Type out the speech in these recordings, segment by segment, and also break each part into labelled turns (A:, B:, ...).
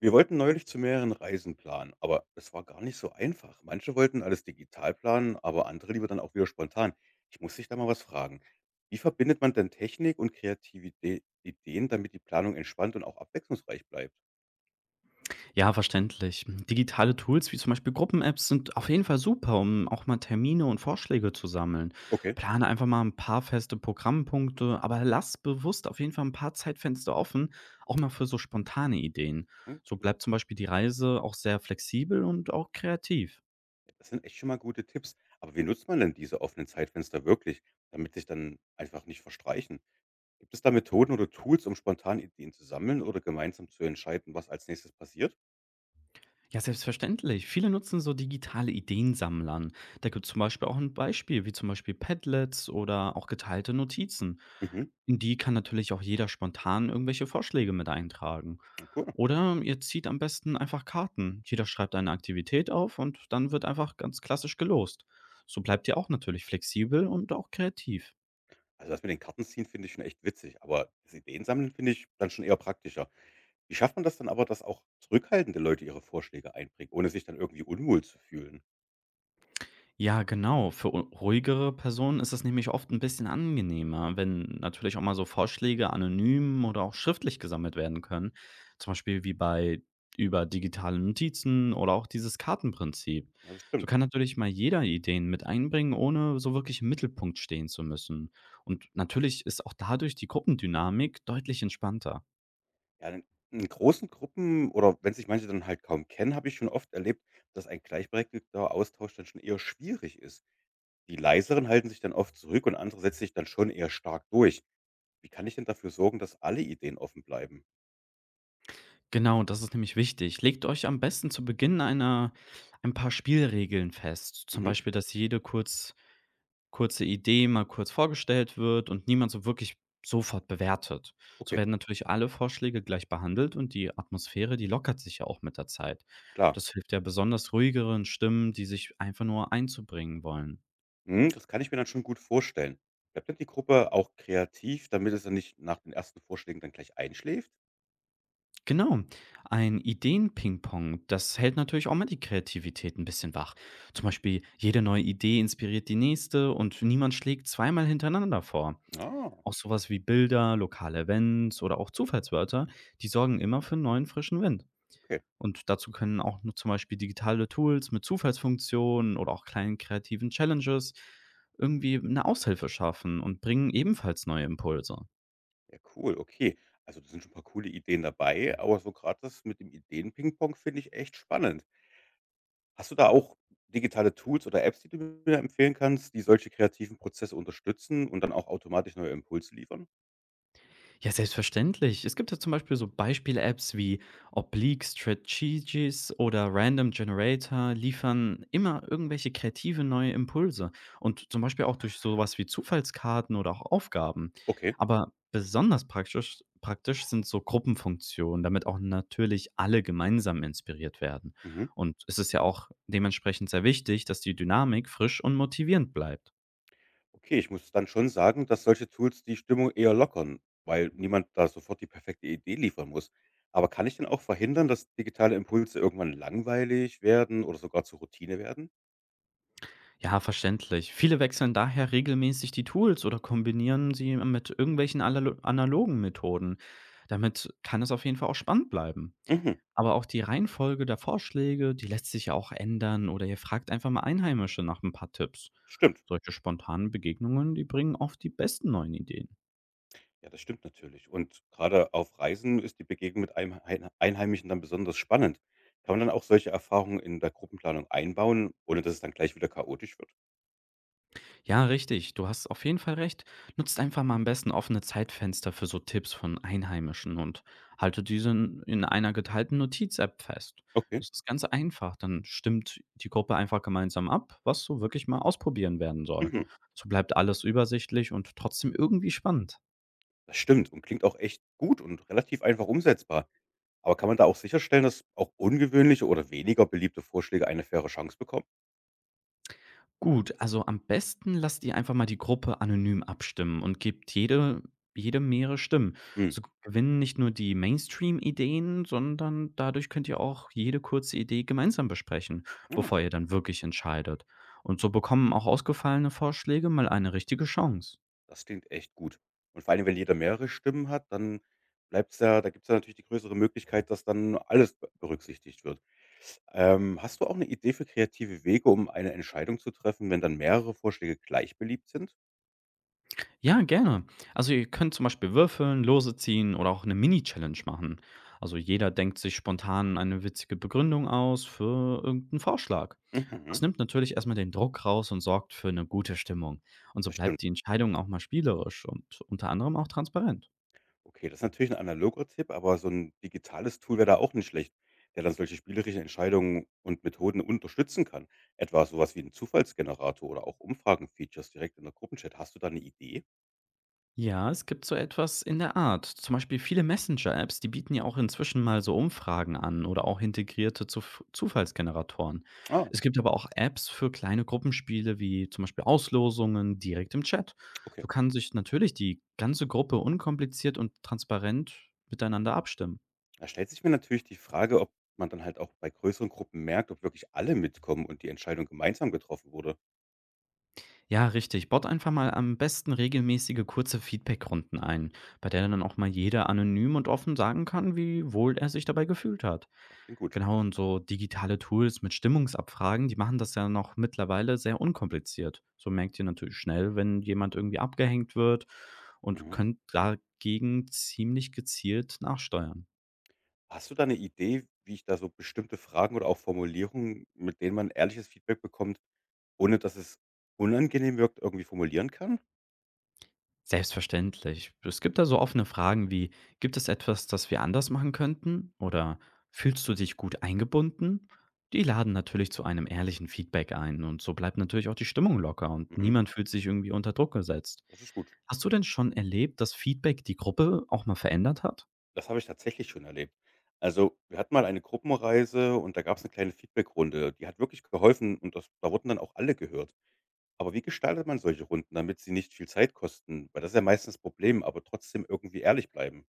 A: Wir wollten neulich zu mehreren Reisen planen, aber es war gar nicht so einfach. Manche wollten alles digital planen, aber andere lieber dann auch wieder spontan. Ich muss dich da mal was fragen. Wie verbindet man denn Technik und Kreativität, Ideen, damit die Planung entspannt und auch abwechslungsreich bleibt?
B: Ja, verständlich. Digitale Tools wie zum Beispiel Gruppen-Apps sind auf jeden Fall super, um auch mal Termine und Vorschläge zu sammeln.
A: Okay,
B: Plane einfach mal ein paar feste Programmpunkte, aber lass bewusst auf jeden Fall ein paar Zeitfenster offen, auch mal für so spontane Ideen. So
A: klingt gut.
B: bleibt zum Beispiel die Reise auch sehr flexibel und auch kreativ.
A: Das sind echt schon mal gute Tipps. Aber wie nutzt man denn diese offenen Zeitfenster wirklich, damit sich dann einfach nicht verstreichen? Gibt es da Methoden oder Tools, um spontan Ideen zu sammeln oder gemeinsam zu entscheiden, was als nächstes passiert?
B: Ja, selbstverständlich. Viele nutzen so digitale Ideensammlern. Da gibt es zum Beispiel auch ein Beispiel, wie zum Beispiel Padlets oder auch geteilte Notizen.
A: Mhm,
B: In die kann natürlich auch jeder spontan irgendwelche Vorschläge mit eintragen.
A: cool.
B: Oder ihr zieht am besten einfach Karten. Jeder schreibt eine Aktivität auf und dann wird einfach ganz klassisch gelost. So bleibt ihr auch natürlich flexibel und auch kreativ.
A: Also, das mit den Karten ziehen finde ich schon echt witzig, aber das Ideensammeln finde ich dann schon eher praktischer. Wie schafft man das dann aber, dass auch zurückhaltende Leute ihre Vorschläge einbringen, ohne sich dann irgendwie unwohl zu fühlen?
B: Ja, genau. Für u ruhigere Personen ist es nämlich oft ein bisschen angenehmer, wenn natürlich auch mal so Vorschläge anonym oder auch schriftlich gesammelt werden können, zum Beispiel wie bei über digitale Notizen oder auch dieses Kartenprinzip.
A: Ja, das
B: So
A: stimmt.
B: kann natürlich mal jeder Ideen mit einbringen, ohne so wirklich im Mittelpunkt stehen zu müssen. Und natürlich ist auch dadurch die Gruppendynamik deutlich entspannter.
A: Ja, in großen Gruppen oder wenn sich manche dann halt kaum kennen, habe ich schon oft erlebt, dass ein gleichberechtigter Austausch dann schon eher schwierig ist. Die leiseren halten sich dann oft zurück und andere setzen sich dann schon eher stark durch. Wie kann ich denn dafür sorgen, dass alle Ideen offen bleiben?
B: Genau, das ist nämlich wichtig. Legt euch am besten zu Beginn einer ein paar Spielregeln fest, zum
A: Mhm.
B: Beispiel, dass jede kurze Idee mal kurz vorgestellt wird und niemand so wirklich sofort bewertet. So
A: Okay,
B: werden natürlich alle Vorschläge gleich behandelt und die Atmosphäre, die lockert sich ja auch mit der Zeit.
A: klar.
B: Das hilft ja besonders ruhigeren Stimmen, die sich einfach nur einzubringen wollen.
A: Mhm, das kann ich mir dann schon gut vorstellen. Bleibt denn die Gruppe auch kreativ, damit es dann nicht nach den ersten Vorschlägen dann gleich einschläft?
B: Genau, ein Ideen-Ping-Pong, das hält natürlich auch mal die Kreativität ein bisschen wach. Zum Beispiel, jede neue Idee inspiriert die nächste und niemand schlägt zweimal hintereinander vor.
A: Ah,
B: Auch sowas wie Bilder, lokale Events oder auch Zufallswörter, die sorgen immer für einen neuen frischen Wind.
A: okay.
B: Und dazu können auch nur zum Beispiel digitale Tools mit Zufallsfunktionen oder auch kleinen kreativen Challenges irgendwie eine Aushilfe schaffen und bringen ebenfalls neue Impulse.
A: Ja, cool, okay. Also da sind schon ein paar coole Ideen dabei, aber so gerade das mit dem Ideen-Ping-Pong finde ich echt spannend. Hast du da auch digitale Tools oder Apps, die du mir empfehlen kannst, die solche kreativen Prozesse unterstützen und dann auch automatisch neue Impulse liefern?
B: Ja, selbstverständlich. Es gibt ja zum Beispiel so Beispiel-Apps wie Oblique Strategies oder Random Generator liefern immer irgendwelche kreative neue Impulse und zum Beispiel auch durch sowas wie Zufallskarten oder auch Aufgaben.
A: Okay.
B: Aber besonders praktisch sind so Gruppenfunktionen, damit auch natürlich alle gemeinsam inspiriert werden.
A: Mhm.
B: Und es ist ja auch dementsprechend sehr wichtig, dass die Dynamik frisch und motivierend bleibt.
A: Okay, ich muss dann schon sagen, dass solche Tools die Stimmung eher lockern, weil niemand da sofort die perfekte Idee liefern muss. Aber kann ich denn auch verhindern, dass digitale Impulse irgendwann langweilig werden oder sogar zur Routine werden?
B: Ja, verständlich. Viele wechseln daher regelmäßig die Tools oder kombinieren sie mit irgendwelchen analogen Methoden. Damit kann es auf jeden Fall auch spannend bleiben.
A: Mhm,
B: Aber auch die Reihenfolge der Vorschläge, die lässt sich ja auch ändern oder ihr fragt einfach mal Einheimische nach ein paar Tipps.
A: stimmt.
B: Solche spontanen Begegnungen, die bringen oft die besten neuen Ideen.
A: Ja, das stimmt natürlich. Und gerade auf Reisen ist die Begegnung mit einem Einheimischen dann besonders spannend. Kann man dann auch solche Erfahrungen in der Gruppenplanung einbauen, ohne dass es dann gleich wieder chaotisch wird?
B: Ja, richtig. Du hast auf jeden Fall recht. Nutzt einfach mal am besten offene Zeitfenster für so Tipps von Einheimischen und halte diese in einer geteilten Notiz-App fest.
A: Okay.
B: Das ist ganz einfach. Dann stimmt die Gruppe einfach gemeinsam ab, was so wirklich mal ausprobieren werden soll.
A: Mhm.
B: So bleibt alles übersichtlich und trotzdem irgendwie spannend.
A: Das stimmt und klingt auch echt gut und relativ einfach umsetzbar. Aber kann man da auch sicherstellen, dass auch ungewöhnliche oder weniger beliebte Vorschläge eine faire Chance bekommen?
B: Gut, also am besten lasst ihr einfach mal die Gruppe anonym abstimmen und gebt jede mehrere Stimmen.
A: Hm,
B: So gewinnen nicht nur die Mainstream-Ideen, sondern dadurch könnt ihr auch jede kurze Idee gemeinsam besprechen,
A: ja,
B: bevor ihr dann wirklich entscheidet. Und so bekommen auch ausgefallene Vorschläge mal eine richtige Chance.
A: das klingt echt gut. Und vor allem, wenn jeder mehrere Stimmen hat, dann bleibt's ja, da gibt es ja natürlich die größere Möglichkeit, dass dann alles be berücksichtigt wird. Hast du auch eine Idee für kreative Wege, um eine Entscheidung zu treffen, wenn dann mehrere Vorschläge gleich beliebt sind?
B: Ja, gerne. Also ihr könnt zum Beispiel würfeln, Lose ziehen oder auch eine Mini-Challenge machen. Also jeder denkt sich spontan eine witzige Begründung aus für irgendeinen Vorschlag. Das
A: Mhm,
B: nimmt natürlich erstmal den Druck raus und sorgt für eine gute Stimmung. Und so
A: das stimmt.
B: bleibt die Entscheidung auch mal spielerisch und unter anderem auch transparent.
A: Okay, das ist natürlich ein analoger Tipp, aber so ein digitales Tool wäre da auch nicht schlecht, der dann solche spielerischen Entscheidungen und Methoden unterstützen kann. Etwa so was wie ein Zufallsgenerator oder auch Umfragen-Features direkt in der Gruppenchat. Hast du da eine Idee?
B: Ja, es gibt so etwas in der Art. Zum Beispiel viele Messenger-Apps, die bieten ja auch inzwischen mal so Umfragen an oder auch integrierte Zufallsgeneratoren.
A: Ah,
B: Es gibt aber auch Apps für kleine Gruppenspiele wie zum Beispiel Auslosungen direkt im Chat.
A: okay.
B: So kann sich natürlich die ganze Gruppe unkompliziert und transparent miteinander abstimmen.
A: Da stellt sich mir natürlich die Frage, ob man dann halt auch bei größeren Gruppen merkt, ob wirklich alle mitkommen und die Entscheidung gemeinsam getroffen wurde.
B: Ja, richtig. Baut einfach mal am besten regelmäßige kurze Feedbackrunden ein, bei der dann auch mal jeder anonym und offen sagen kann, wie wohl er sich dabei gefühlt hat.
A: Das klingt gut.
B: Genau, und so digitale Tools mit Stimmungsabfragen, die machen das ja noch mittlerweile sehr unkompliziert. So merkt ihr natürlich schnell, wenn jemand irgendwie abgehängt wird und
A: Mhm.
B: könnt dagegen ziemlich gezielt nachsteuern.
A: Hast du da eine Idee, wie ich da so bestimmte Fragen oder auch Formulierungen, mit denen man ehrliches Feedback bekommt, ohne dass es unangenehm wirkt, irgendwie formulieren kann?
B: Selbstverständlich. Es gibt da so offene Fragen wie, gibt es etwas, das wir anders machen könnten? Oder fühlst du dich gut eingebunden? Die laden natürlich zu einem ehrlichen Feedback ein und so bleibt natürlich auch die Stimmung locker und
A: Mhm.
B: niemand fühlt sich irgendwie unter Druck gesetzt.
A: Das ist gut.
B: Hast du denn schon erlebt, dass Feedback die Gruppe auch mal verändert hat?
A: Das habe ich tatsächlich schon erlebt. Also, wir hatten mal eine Gruppenreise und da gab es eine kleine Feedbackrunde. Die hat wirklich geholfen und das da wurden dann auch alle gehört. Aber wie gestaltet man solche Runden, damit sie nicht viel Zeit kosten? Weil das ist ja meistens das Problem, aber trotzdem irgendwie ehrlich bleiben.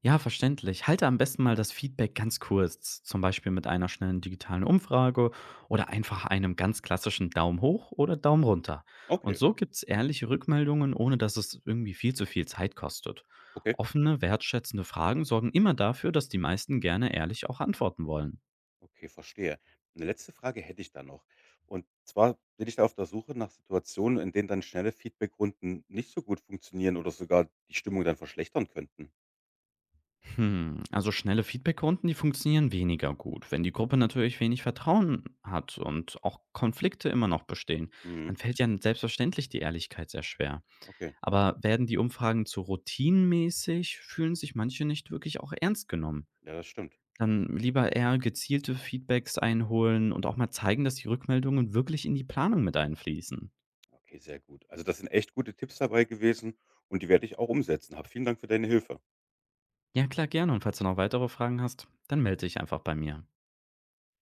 B: Ja, verständlich. Halte am besten mal das Feedback ganz kurz, zum Beispiel mit einer schnellen digitalen Umfrage oder einfach einem ganz klassischen Daumen hoch oder Daumen runter. Und
A: Okay,
B: so gibt's ehrliche Rückmeldungen, ohne dass es irgendwie viel zu viel Zeit kostet.
A: okay,
B: Offene, wertschätzende Fragen sorgen immer dafür, dass die meisten gerne ehrlich auch antworten wollen.
A: okay, verstehe. Eine letzte Frage hätte ich da noch. Und zwar bin ich da auf der Suche nach Situationen, in denen dann schnelle Feedbackrunden nicht so gut funktionieren oder sogar die Stimmung dann verschlechtern könnten.
B: Hm, also schnelle Feedbackrunden, die funktionieren weniger gut. Wenn die Gruppe natürlich wenig Vertrauen hat und auch Konflikte immer noch bestehen,
A: Mhm,
B: dann fällt ja selbstverständlich die Ehrlichkeit sehr schwer.
A: okay.
B: Aber werden die Umfragen zu routinemäßig, fühlen sich manche nicht wirklich auch ernst genommen.
A: Ja, das stimmt.
B: Dann lieber eher gezielte Feedbacks einholen und auch mal zeigen, dass die Rückmeldungen wirklich in die Planung mit einfließen.
A: Okay, sehr gut. Also, das sind echt gute Tipps dabei gewesen und die werde ich auch umsetzen. Hab vielen Dank für deine Hilfe.
B: Ja, klar, gerne. Und falls du noch weitere Fragen hast, dann melde dich einfach bei mir.